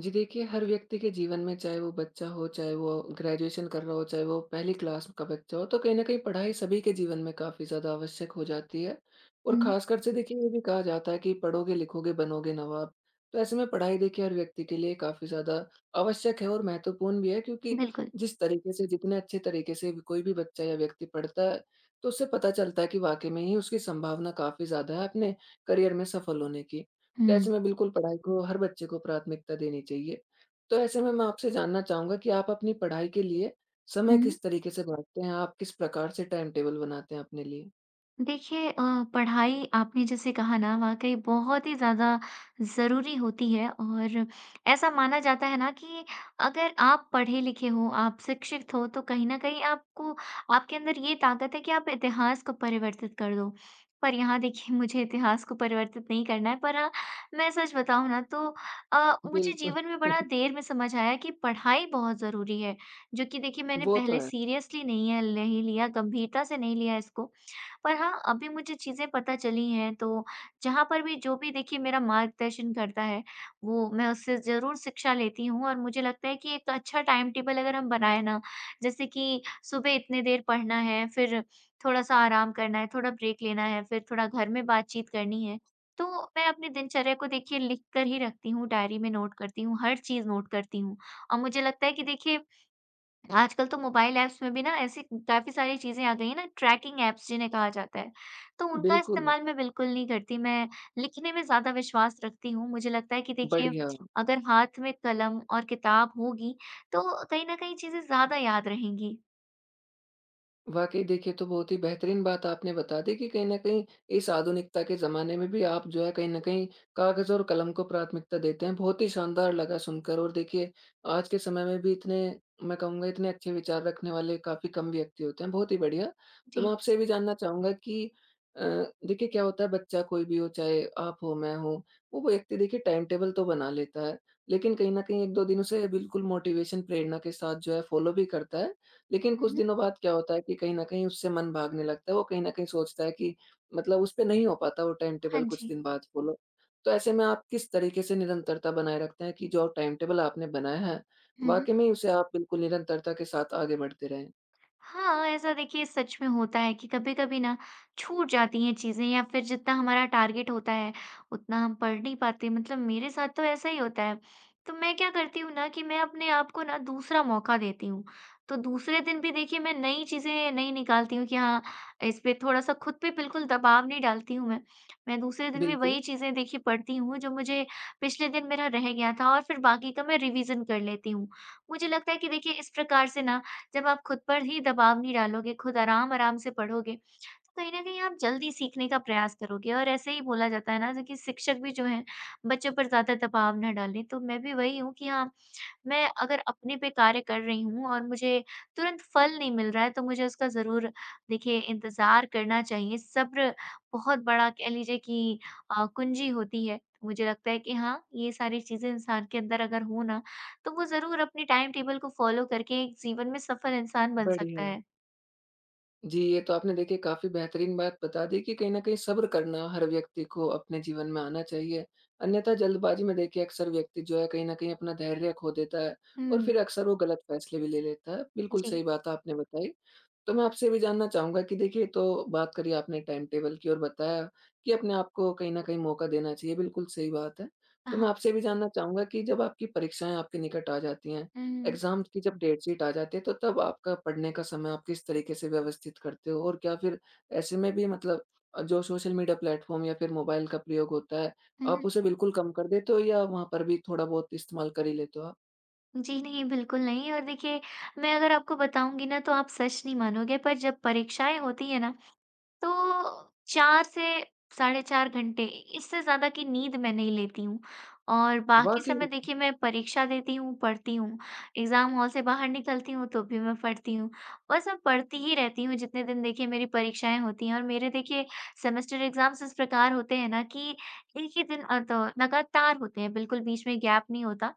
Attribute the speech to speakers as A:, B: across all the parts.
A: जी देखिए, हर व्यक्ति के जीवन में चाहे वो बच्चा हो, चाहे वो ग्रेजुएशन कर रहा हो, चाहे वो पहली क्लास का बच्चा हो, तो कहीं न कहीं पढ़ाई सभी के जीवन में काफ़ी ज़्यादा आवश्यक हो जाती है। और
B: हुँ।
A: ख़ासकर से देखिए ये भी कहा जाता है कि पढ़ोगे, लिखोगे, बनोगे नवाब। तो ऐसे में पढ़ाई देखिए हर व्यक्ति के लिए काफ़ी ज़्यादा आवश्यक है और महत्वपूर्ण भी है, क्योंकि
B: बिल्कुल।
A: जिस तरीके से, जितने अच्छे तरीके से भी कोई भी बच्चा या व्यक्ति पढ़ता है, तो उससे पता चलता है कि वाक़ई में ही उसकी संभावना काफ़ी ज़्यादा है अपने करियर में सफल होने की। तो
B: हुँ,
A: ऐसे में बिल्कुल पढ़ाई को हर बच्चे को प्राथमिकता देनी चाहिए। तो ऐसे में मैं आपसे जानना चाहूँगा कि आप अपनी पढ़ाई के लिए समय
B: हुँ।
A: किस तरीके से बाँटते हैं? आप किस प्रकार से टाइम टेबल बनाते हैं अपने लिए?
B: देखिए पढ़ाई आपने जैसे कहा ना वाक़ई बहुत ही ज़्यादा ज़रूरी होती है और ऐसा माना जाता है ना कि अगर आप पढ़े-लिखे हो, आप शिक्षित हो तो कहीं न कहीं आपको आपके अंदर ये ताकत है कि आप इतिहास को परिवर्तित कर दो। पर यहाँ देखिए मुझे इतिहास को परिवर्तित नहीं करना है पर हाँ, मैं सच बताऊँ ना तो मुझे
A: बिल्कुल।
B: जीवन में बड़ा देर में समझ आया कि पढ़ाई बहुत ज़रूरी है, जो कि देखिए मैंने
A: वो तो
B: पहले
A: है।
B: सीरियसली नहीं लिया, गंभीरता से नहीं लिया इसको। पर हाँ, अभी मुझे चीज़ें पता चली हैं तो जहाँ पर भी जो भी देखिए मेरा मार्गदर्शन करता है, वो मैं उससे ज़रूर शिक्षा लेती हूँ और मुझे लगता है कि एक अच्छा टाइम टेबल अगर हम बनाएँ ना, जैसे कि सुबह इतने देर पढ़ना है, फिर थोड़ा-सा आराम करना है, थोड़ा ब्रेक लेना है, फिर थोड़ा घर में बातचीत करनी है। तो मैं अपनी दिनचर्या को देखिए लिख कर ही रखती हूँ, डायरी में नोट करती हूँ, हर चीज़ नोट करती हूँ और मुझे लगता है कि देखिए आजकल तो मोबाइल ऐप्स में भी ना ऐसी काफ़ी सारी चीज़ें आ गई हैं ना ट्रैकिंग ऐप्स जिन्हें कहा जाता है। तो उनका
A: बिल्कुल।
B: इस्तेमाल मैं बिल्कुल नहीं करती, मैं लिखने में ज़्यादा विश्वास रखती हूँ। मुझे लगता है कि देखिए
A: बढ़िया।
B: अगर हाथ में कलम और किताब होगी, तो कहीं न कहीं चीज़ें ज़्यादा याद रहेंगी।
A: वाक़ई देखिए, तो बहुत ही बेहतरीन बात आपने बता दी कि कहीं न कहीं इस आधुनिकता के ज़माने में भी आप जो है कहीं न कहीं कागज़ और कलम को प्राथमिकता देते हैं। बहुत ही शानदार लगा सुनकर। और देखिए आज के समय में भी इतने, मैं कहूँगा इतने अच्छे विचार रखने वाले काफ़ी कम व्यक्ति होते हैं, बहुत ही बढ़िया। तो मैं
B: जी।
A: आपसे ये भी जानना चाहूँगा कि अ, देखिए क्या होता है, बच्चा कोई भी हो, चाहे आप हो, मैं हूँ, वो व्यक्ति देखिए टाइम टेबल तो बना लेता है, लेकिन कहीं न कहीं 1-2 दिन उसे बिल्कुल मोटिवेशन प्रेरणा के साथ जो है फ़ॉलो भी करता है। लेकिन
B: हुँ,
A: कुछ
B: हुँ।
A: दिनों बाद क्या होता है कि कहीं न कहीं उससे मन भागने लगता है, वो कहीं न कहीं सोचता है कि मतलब उसपे नहीं हो पाता वो टाइम
B: हाँ
A: टेबल कुछ
B: जी।
A: दिन बाद फॉलो। तो ऐसे में आप किस तरीके से निरंतरता बनाए रखते हैं कि जो टाइम टेबल आपने बनाया है,
B: हुँ, हुँ।
A: वाक़ई में उसे आप बिल्कुल निरंतरता के साथ आगे बढ़ते रहें?
B: हाँ, ऐसा देखिए सच में होता है कि कभी-कभी ना छूट जाती हैं चीज़ें या फिर जितना हमारा टारगेट होता है, उतना हम पढ़ नहीं पाते मतलब मेरे साथ तो ऐसा ही होता है। तो मैं क्या करती हूँ ना कि मैं अपने आप को ना दूसरा मौका देती हूँ। तो दूसरे दिन भी देखिए मैं नई चीज़ें नहीं निकालती हूँ कि हाँ, इस पे थोड़ा-सा खुद पे बिल्कुल दबाव नहीं डालती हूँ मैं। मैं दूसरे दिन भी
A: बिल्कुल।
B: वही चीज़ें देखिए पढ़ती हूँ जो मुझे पिछले दिन मेरा रह गया था और फिर बाकी का मैं रिविज़न कर लेती हूँ। मुझे लगता है कि देखिए इस प्रकार से ना जब आप खुद पर ही दबाव नहीं डालोगे, खुद आराम-आराम से पढ़ोगे, तो कहीं न कहीं आप जल्दी सीखने का प्रयास करोगे और ऐसे ही बोला जाता है ना, जो कि शिक्षक भी जो हैं, बच्चों पर ज़्यादा दबाव ना डालें। तो मैं भी वही हूँ कि हाँ, मैं अगर अपने पे कार्य कर रही हूँ और मुझे तुरंत फल नहीं मिल रहा है, तो मुझे उसका ज़रूर देखिए इंतज़ार करना चाहिए। सब्र बहुत बड़ा कह लीजिए कि कुंजी होती है। मुझे लगता है कि हाँ, ये सारी चीज़ें इंसान के अंदर अगर हो ना, तो वो ज़रूर अपनी टाइम टेबल को फ़ॉलो करके एक जीवन में सफल इंसान बन सकता
A: बढ़िया।
B: है।
A: जी, ये तो आपने देखिए काफ़ी बेहतरीन बात बता दी कि कहीं न कहीं सब्र करना हर व्यक्ति को अपने जीवन में आना चाहिए। अन्यथा जल्दबाज़ी में देखिए अक्सर व्यक्ति जो है कहीं न कहीं अपना धैर्य खो देता है और
B: हुँ।
A: फिर अक्सर वो गलत फैसले भी ले लेता है। बिल्कुल
B: जी।
A: सही बात आपने बताई। तो मैं आपसे ये भी जानना चाहूँगा कि देखिए, तो बात करी आपने टाइम टेबल की और बताया कि अपने आप को कहीं न कहीं मौका देना चाहिए, बिल्कुल सही बात है। तो
B: हाँ।
A: मैं आपसे ये भी जानना चाहूँगा कि जब आपकी परीक्षाएँ आपके निकट आ जाती हैं,
B: हुँ,
A: एग्ज़ाम की जब डेट शीट आ जाती है, तो तब आपका पढ़ने का समय आप किस तरीके से व्यवस्थित करते हो? और क्या फिर ऐसे में भी, मतलब जो सोशल मीडिया प्लेटफ़ॉर्म या फिर मोबाइल का प्रयोग होता है, आप
B: हुँ।
A: उसे बिल्कुल कम कर देते हो या वहाँ पर भी थोड़ा बहुत इस्तेमाल कर ही लेते हो आप?
B: जी नहीं, बिल्कुल नहीं और देखिए मैं अगर आपको बताऊँगी ना तो आप सच नहीं मानोगे पर जब परीक्षाएँ होती हैं ना तो 4 से साढ़े 4 घंटे, इससे ज़्यादा की नींद मैं नहीं लेती हूँ और बाकी
A: वाक़ई!
B: समय देखिए मैं परीक्षा देती हूँ, पढ़ती हूँ। एग्ज़ाम हॉल से बाहर निकलती हूँ तो भी मैं पढ़ती हूँ। बस मैं पढ़ती ही रहती हूँ जितने दिन देखिए मेरी परीक्षाएँ होती हैं और मेरे देखिए सेमेस्टर एग्ज़ाम्स इस प्रकार होते हैं ना कि एक ही दिन तो लगातार होते हैं, बिल्कुल बीच में गैप नहीं होता।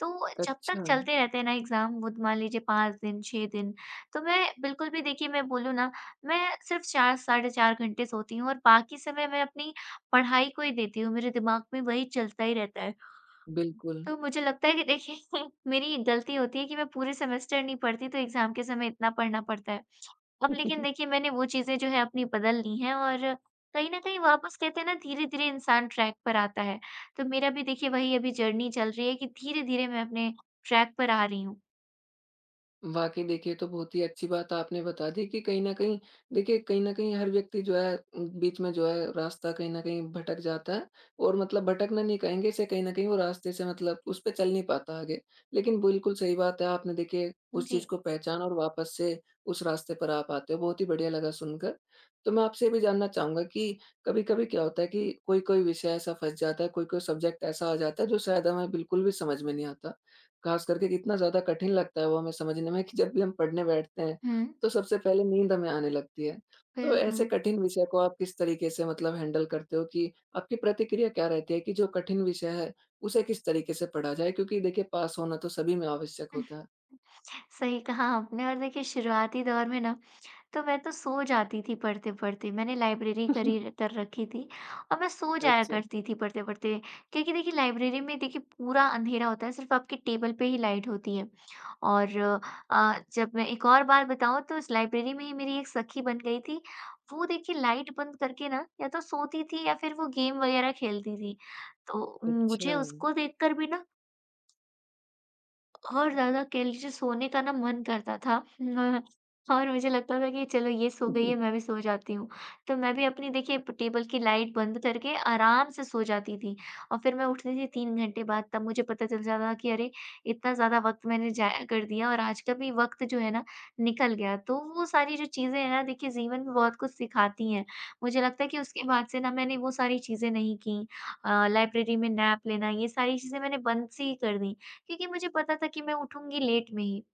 B: तो जब तक
A: अच्छा।
B: चलते रहते हैं ना एग्ज़ाम, वो मान लीजिए 5 दिन, 6 दिन, तो मैं बिल्कुल भी देखिए मैं बोलूँ ना मैं सिर्फ़ 4 साढ़े 4 घंटे सोती हूँ और बाकी समय मैं अपनी पढ़ाई को ही देती हूँ, मेरे दिमाग में वही चलता ही रहता है।
A: बिल्कुल।
B: तो मुझे लगता है कि देखिए मेरी गलती होती है कि मैं पूरे सेमेस्टर नहीं पढ़ती तो एग्ज़ाम के समय इतना पढ़ना पड़ता है। अब लेकिन देखिए मैंने वो चीज़ें जो है अपनी बदल ली हैं और कहीं न कहीं वापस कहते हैं ना धीरे-धीरे इंसान ट्रैक पर आता है। तो मेरा भी देखिए वही अभी जर्नी चल रही है कि धीरे-धीरे मैं अपने ट्रैक पर आ रही हूँ।
A: वाक़ई देखिए, तो बहुत ही अच्छी बात आपने बता दी कि कहीं न कहीं देखिए, कहीं न कहीं हर व्यक्ति जो है बीच में जो है रास्ता कहीं न कहीं भटक जाता है, और मतलब भटकना नहीं कहेंगे इसे, कहीं न कहीं वो रास्ते से मतलब उस पे चल नहीं पाता आगे। लेकिन बिल्कुल सही बात है, आपने देखिए उस
B: जी।
A: चीज़ को पहचाना और वापस से उस रास्ते पर आ पाते हो, बहुत ही बढ़िया लगा सुनकर। तो मैं आपसे ये भी जानना चाहूँगा कि कभी-कभी क्या होता है कि कोई-कोई विषय ऐसा फँस जाता है, कोई-कोई सब्जेक्ट ऐसा आ जाता है जो शायद हमें बिल्कुल भी समझ में नहीं आता। खास करके कितना ज़्यादा कठिन लगता है वो हमें समझने में कि जब भी हम पढ़ने बैठते हैं,
B: हुँ,
A: तो सबसे पहले नींद हमें आने लगती है। तो ऐसे
B: बिल्कुल।
A: कठिन विषय को आप किस तरीके से, मतलब हैंडल करते हो कि आपकी प्रतिक्रिया क्या रहती है कि जो कठिन विषय है, उसे किस तरीके से पढ़ा जाए? क्योंकि देखिए पास होना तो सभी में आवश्यक होता है।
B: सही कहा आपने और देखिए शुरुआती दौर में ना तो मैं सो जाती थी पढ़ते-पढ़ते। मैंने लाइब्रेरी करी कर रखी थी और मैं सो जाया
A: अच्छा।
B: करती थी पढ़ते-पढ़ते। क्योंकि देखिए लाइब्रेरी में देखिए पूरा अंधेरा होता है, सिर्फ़ आपके टेबल पे ही लाइट होती है। और जब मैं एक और बार बताऊँ तो इस लाइब्रेरी में ही मेरी एक सखी बन गई थी। वो देखिए लाइट बंद करके ना या तो सोती थी या फिर वो गेम वगैरह खेलती थी। तो मुझे
A: अच्छा।
B: उसको देखकर भी ना और ज़्यादा कह लीजिए सोने का ना मन करता था न और मुझे लगता था कि चलो ये सो गई है, मैं भी सो जाती हूँ। तो मैं भी अपनी देखिए टेबल की लाइट बंद करके आराम से सो जाती थी और फिर मैं उठती थी 3 घंटे बाद तब मुझे पता चल जाता था कि अरे! इतना ज़्यादा वक़्त मैंने ज़ाया कर दिया और आज का भी वक़्त जो है ना निकल गया। तो वो सारी जो चीज़ें हैं ना देखिए जीवन में बहुत कुछ सिखाती हैं। मुझे लगता है कि उसके बाद से ना मैंने वो सारी चीज़ें नहीं की। लाइब्रेरी में नैप लेना ये सारी चीज़ें मैंने बंद सी ही कर दी क्योंकि मुझे पता था कि मैं उठूँगी लेट में ही।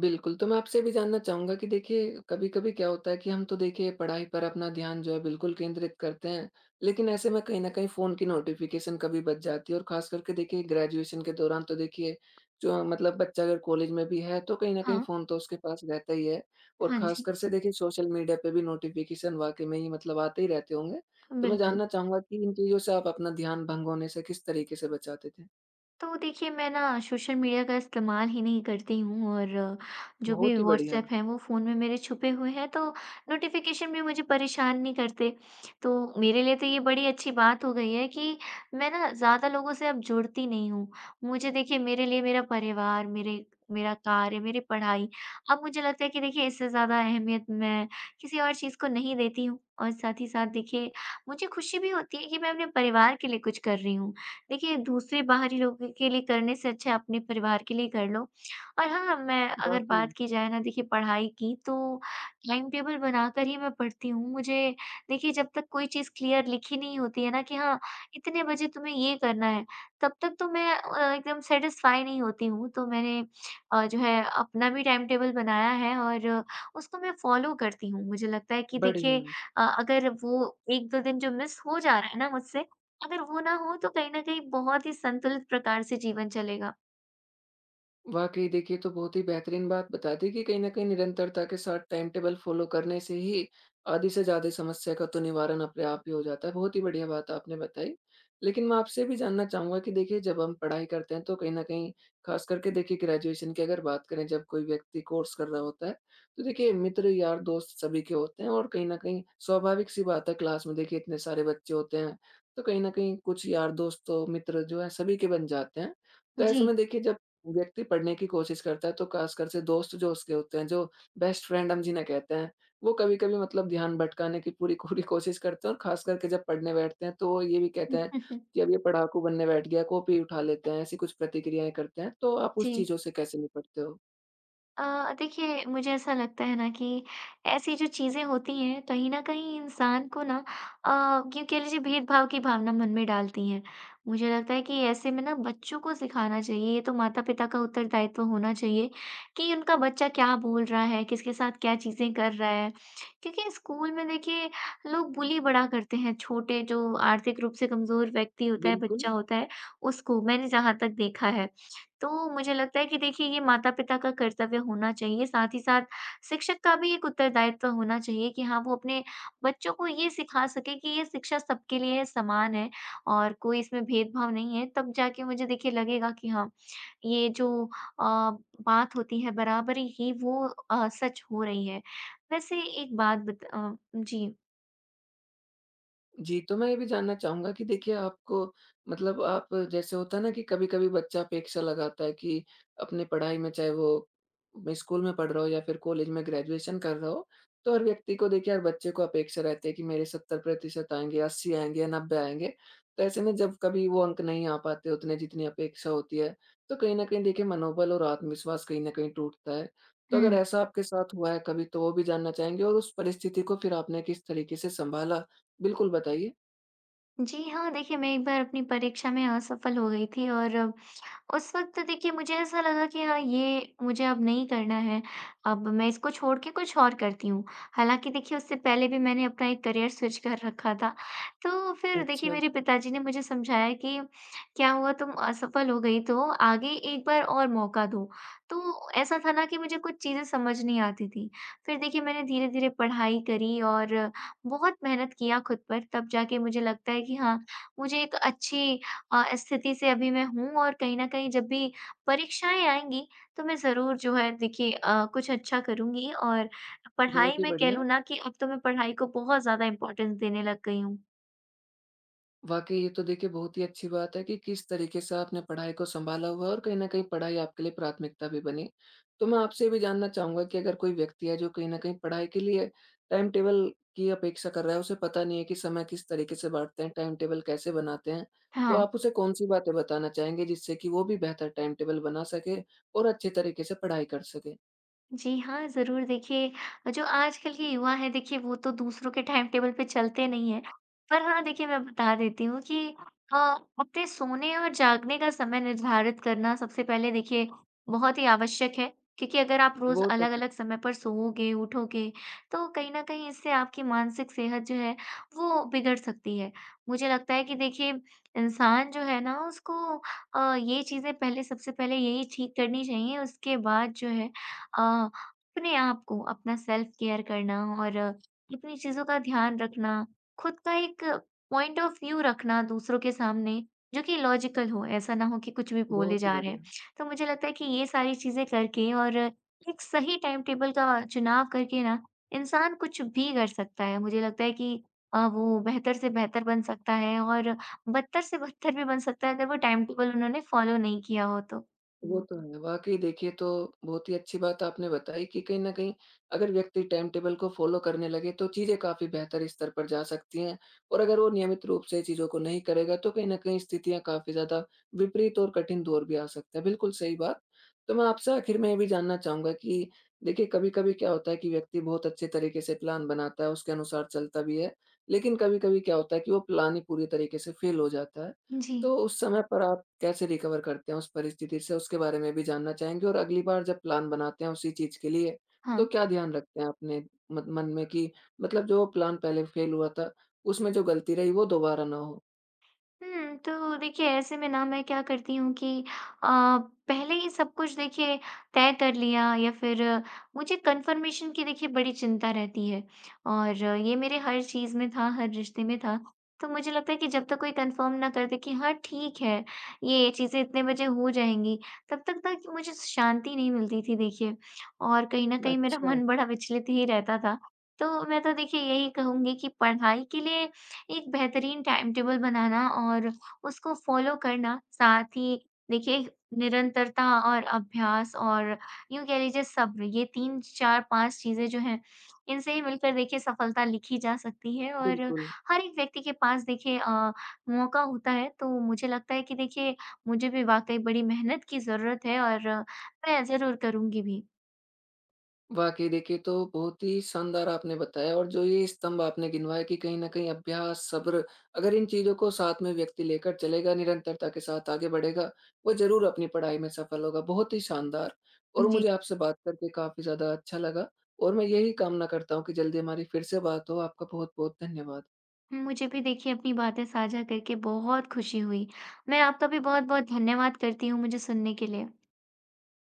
A: बिल्कुल। तो मैं आपसे भी जानना चाहूँगा कि देखिए, कभी-कभी क्या होता है कि हम तो देखिए पढ़ाई पर अपना ध्यान जो है बिल्कुल केंद्रित करते हैं, लेकिन ऐसे में कहीं न कहीं फ़ोन की नोटिफ़िकेशन कभी बज जाती है और ख़ास करके देखिए ग्रेजुएशन के दौरान तो देखिए जो मतलब बच्चा अगर कॉलेज में भी है, तो कहीं न कहीं
B: हाँ,
A: फ़ोन तो उसके पास रहता ही है, और
B: हाँ जी,
A: ख़ासकर से देखिए सोशल मीडिया पे भी नोटिफ़िकेशन वाक़ई में ही मतलब आते ही रहते होंगे। तो मैं
B: बिल्कुल।
A: जानना चाहूँगा कि इन चीज़ों से आप अपना ध्यान भंग होने से किस तरीके से बचाते थे?
B: तो देखिए, मैं ना सोशल मीडिया का इस्तेमाल ही नहीं करती हूँ और जो भी
A: बहुत ही बढ़िया।
B: व्हाट्सएप हैं, वो फ़ोन में मेरे छुपे हुए हैं, तो नोटिफ़िकेशन भी मुझे परेशान नहीं करते। तो मेरे लिए तो ये बड़ी अच्छी बात हो गई है कि मैं ना ज़्यादा लोगों से अब जुड़ती नहीं हूँ। मुझे देखिए मेरे लिए मेरा परिवार, मेरे मेरा कार्य, मेरी पढ़ाई, अब मुझे लगता है कि देखिए इससे ज़्यादा अहमियत मैं किसी और चीज़ को नहीं देती हूँ और साथ ही साथ देखिए, मुझे खुशी भी होती है कि मैं अपने परिवार के लिए कुछ कर रही हूँ। देखिए, दूसरे बाहरी लोगों के लिए करने से अच्छा अपने परिवार के लिए कर लो। और हाँ, मैं अगर
A: वाक़ई।
B: बात की जाए ना देखिए पढ़ाई की तो टाइम टेबल बनाकर ही मैं पढ़ती हूँ। मुझे देखिए जब तक कोई चीज़ क्लियर लिखी नहीं होती है ना कि हाँ, इतने बजे तुम्हें ये करना है, तब तक तो मैं एकदम सैटिस्फ़ाई नहीं होती हूँ। तो मैंने जो है अपना भी टाइम टेबल बनाया है और उसको मैं फ़ॉलो करती हूँ। मुझे लगता है कि देखिए
A: बढ़िया।
B: अगर वो 1-2 दिन जो मिस हो जा रहा है ना मुझसे अगर वो ना हो तो कहीं न कहीं बहुत ही संतुलित प्रकार से जीवन चलेगा।
A: वाक़ई देखिए, ये तो बहुत ही बेहतरीन बात बता दी कि कहीं न कहीं निरंतरता के साथ टाइम टेबल फ़ॉलो करने से ही आधी से ज़्यादा समस्या का तो निवारण अपने आप ही हो जाता है। बहुत ही बढ़िया बात आपने बताई। लेकिन मैं आपसे भी जानना चाहूँगा कि देखिए जब हम पढ़ाई करते हैं तो कहीं न कहीं, ख़ास करके देखिए ग्रेजुएशन की अगर बात करें, जब कोई व्यक्ति कोर्स कर रहा होता है, तो देखिए मित्र, यार, दोस्त सभी के होते हैं और कहीं न कहीं स्वाभाविक-सी बात है, क्लास में देखिए इतने सारे बच्चे होते हैं, तो कहीं न कहीं कुछ यार, दोस्त तो मित्र जो हैं सभी के बन जाते हैं। तो ऐसे
B: जी।
A: में देखिए जब व्यक्ति पढ़ने की कोशिश करता है, तो खासकर से दोस्त जो उसके होते हैं, जो बेस्ट फ्रेंड हम जिन्हें कहते हैं, वो कभी-कभी मतलब ध्यान भटकाने की पूरी पूरी कोशिश करते हैं, और खास करके जब पढ़ने बैठते हैं तो वो ये भी कहते हैं कि अब ये पढ़ाकू बनने बैठ गया, कॉपी उठा लेते हैं, ऐसी कुछ प्रतिक्रियाएँ करते हैं। तो आप उस
B: जी।
A: चीज़ों से कैसे निपटते हो?
B: देखिए मुझे ऐसा लगता है ना कि ऐसी जो चीज़ें होती हैं कहीं न कहीं इंसान को ना यूँ कह लीजिए भेदभाव की भावना मन में डालती हैं। मुझे लगता है कि ऐसे में ना बच्चों को सिखाना चाहिए, ये तो माता-पिता का उत्तरदायित्व होना चाहिए कि उनका बच्चा क्या बोल रहा है, किसके साथ क्या चीज़ें कर रहा है। क्योंकि स्कूल में देखिए लोग बुली बड़ा करते हैं, छोटे जो आर्थिक रूप से कमज़ोर व्यक्ति होता है,
A: बिल्कुल।
B: बच्चा होता है उसको, मैंने जहाँ तक देखा है। तो मुझे लगता है कि देखिए ये माता-पिता का कर्तव्य होना चाहिए, साथ ही साथ शिक्षक का भी एक उत्तरदायित्व होना चाहिए कि हाँ, वो अपने बच्चों को ये सिखा सके कि ये शिक्षा सबके लिए समान है और कोई इसमें भेदभाव नहीं है। तब जाके मुझे देखिए लगेगा कि हाँ, ये जो अ, बात होती है बराबरी की वो सच हो रही है। वैसे एक बात जी।
A: जी, तो मैं ये भी जानना चाहूँगा कि देखिए आपको, मतलब आप जैसे होता है ना कि कभी-कभी बच्चा अपेक्षा लगाता है कि अपनी पढ़ाई में, चाहे वो मैं स्कूल में पढ़ रहा हो या फिर कॉलेज में ग्रेजुएशन कर रहा हो, तो हर व्यक्ति को देखिए हर बच्चे को अपेक्षा रहती है कि मेरे 70% आएँगे, 80 आएँगे या 90 आएँगे। तो ऐसे में जब कभी वो अंक नहीं आ पाते उतने जितनी अपेक्षा होती है, तो कहीं न कहीं देखिए मनोबल और आत्मविश्वास कहीं न कहीं टूटता है। तो अगर
B: हुँ।
A: ऐसा आपके साथ हुआ है कभी, तो वो भी जानना चाहेंगे, और उस परिस्थिति को फिर आपने किस तरीके से सँभाला? बिल्कुल बताइए।
B: जी हाँ, देखिए मैं एक बार अपनी परीक्षा में असफल हो गई थी और उस वक़्त देखिए मुझे ऐसा लगा कि हाँ, ये मुझे अब नहीं करना है, अब मैं इसको छोड़ के कुछ और करती हूँ। हालाँकि देखिए उससे पहले भी मैंने अपना एक करियर स्विच कर रखा था। तो फिर देखिए
A: अच्छा।
B: मेरे पिताजी ने मुझे समझाया कि क्या हुआ तुम असफल हो गई तो आगे एक बार और मौका दो। तो ऐसा था ना कि मुझे कुछ चीज़ें समझ नहीं आती थी। फिर देखिए मैंने धीरे-धीरे पढ़ाई करी और बहुत मेहनत किया खुद पर तब जाके मुझे लगता है कि हाँ, मुझे एक अच्छी स्थिति से अभी मैं हूँ और कहीं न कहीं जब भी परीक्षाएँ आएँगी, तो मैं ज़रूर जो है देखिए कुछ अच्छा करूँगी और पढ़ाई
A: बहुत ही
B: में कह
A: बढ़िया।
B: लूँ ना कि अब तो मैं पढ़ाई को बहुत ज़्यादा इम्पोर्टेंस देने लग गई हूँ।
A: वाक़ई ये तो देखिए बहुत ही अच्छी बात है कि किस तरीके से आपने पढ़ाई को सँभाला हुआ है और कहीं न कहीं पढ़ाई आपके लिए प्राथमिकता भी बनी। तो मैं आपसे ये भी जानना चाहूँगा कि अगर कोई व्यक्ति है जो कहीं न कहीं पढ़ाई के लिए टाइम टेबल की अपेक्षा कर रहा है, उसे पता नहीं है कि समय किस तरीके से बाँटते हैं, टाइम टेबल कैसे बनाते हैं, तो
B: हाँ।
A: आप उसे कौन-सी बातें बताना चाहेंगे, जिससे कि वो भी बेहतर टाइम टेबल बना सके और अच्छे तरीके से पढ़ाई कर सके?
B: जी हाँ, ज़रूर देखिए जो आजकल के युवा हैं देखिए वो तो दूसरों के टाइम टेबल पे चलते नहीं हैं। पर हाँ, देखिए मैं बता देती हूँ कि अ, अपने सोने और जागने का समय निर्धारित करना सबसे पहले देखिए बहुत ही आवश्यक है। क्योंकि अगर आप रोज़
A: वो तो है।
B: अलग-अलग समय पर सोओगे, उठोगे तो कहीं न कहीं इससे आपकी मानसिक सेहत जो है वो बिगड़ सकती है। मुझे लगता है कि देखिए इंसान जो है ना उसको ये चीज़ें पहले सबसे पहले यही ठीक करनी चाहिए उसके बाद जो है अ, अपने आप को, अपना सेल्फ केयर करना और अपनी चीज़ों का ध्यान रखना, खुद का एक पॉइंट ऑफ व्यू रखना दूसरों के सामने, जो कि लॉजिकल हो, ऐसा ना हो कि कुछ भी बोले
A: बहुत ही
B: जा रहे हैं।
A: बढ़िया।
B: तो मुझे लगता है कि ये सारी चीज़ें करके और एक सही टाइम टेबल का चुनाव करके ना, इंसान कुछ भी कर सकता है। मुझे लगता है कि वो बेहतर से बेहतर बन सकता है और बदतर से बदतर भी बन सकता है, अगर वो टाइम टेबल उन्होंने फ़ॉलो नहीं किया हो तो।
A: वो तो है। वाक़ई देखिए, तो बहुत ही अच्छी बात आपने बताई कि कहीं न कहीं अगर व्यक्ति टाइम टेबल को फ़ॉलो करने लगे तो चीज़ें काफ़ी बेहतर स्तर पर जा सकती हैं, और अगर वो नियमित रूप से चीज़ों को नहीं करेगा तो कहीं न कहीं स्थितियाँ काफ़ी ज़्यादा विपरीत और कठिन दौर भी आ सकता है। बिल्कुल सही बात। तो मैं आपसे आखिर में ये भी जानना चाहूँगा कि देखिए कभी-कभी क्या होता है कि व्यक्ति बहुत अच्छे तरीके से प्लान बनाता है, उसके अनुसार चलता भी है। लेकिन कभी-कभी क्या होता है कि वो प्लान ही पूरी तरीके से फ़ेल हो जाता है।
B: जी,
A: तो उस समय पर आप कैसे रिकवर करते हैं उस परिस्थिति से, उसके बारे में भी जानना चाहेंगे, और अगली बार जब प्लान बनाते हैं उसी चीज़ के लिए, तो
B: हाँ।
A: क्या ध्यान रखते हैं अपने मत मन में कि मतलब जो प्लान पहले फेल हुआ था, उसमें जो गलती रही वो दोबारा ना हो?
B: हुँ, तो देखिए ऐसे में ना मैं क्या करती हूँ कि अ, पहले ही सब कुछ देखिए तय कर लिया या फिर मुझे कन्फर्मेशन की देखिए बड़ी चिंता रहती है और ये मेरे हर चीज़ में था, हर रिश्ते में था। तो मुझे लगता है कि जब तक कोई कन्फर्म ना कर दे कि हाँ, ठीक है, ये चीज़ें इतने बजे हो जाएँगी, तब तक ना कि मुझे शांति नहीं मिलती थी देखिए और कहीं न कहीं मेरा
A: अच्छा।
B: मन बड़ा विचलित ही रहता था। तो मैं तो देखिए यही कहूँगी कि पढ़ाई के लिए एक बेहतरीन टाइम टेबल बनाना और उसको फॉलो करना, साथ ही देखिए निरंतरता और अभ्यास और यूँ कह लीजिए सब्र, ये 3, 4, 5 चीज़ें जो हैं, इनसे ही मिलकर देखिए सफलता लिखी जा सकती है और
A: बिल्कुल।
B: हर एक व्यक्ति के पास देखिए मौका होता है, तो मुझे लगता है कि देखिए मुझे भी वाक़ई बड़ी मेहनत की ज़रूरत है और मैं ज़रूर करूँगी भी।
A: वाक़ई देखिए, तो बहुत ही शानदार आपने बताया, और जो ये स्तंभ आपने गिनवाए कि कहीं न कहीं अभ्यास, सब्र, अगर इन चीज़ों को साथ में व्यक्ति लेकर चलेगा, निरंतरता के साथ आगे बढ़ेगा, वो ज़रूर अपनी पढ़ाई में सफल होगा। बहुत ही शानदार, और
B: जी।
A: मुझे आपसे बात करके काफ़ी ज़्यादा अच्छा लगा, और मैं यही कामना करता हूँ कि जल्दी हमारी फिर से बात हो। आपका बहुत-बहुत धन्यवाद।
B: मुझे भी देखिए अपनी बातें साझा करके बहुत खुशी हुई। मैं आपका भी बहुत-बहुत धन्यवाद करती हूँ मुझे सुनने के लिए।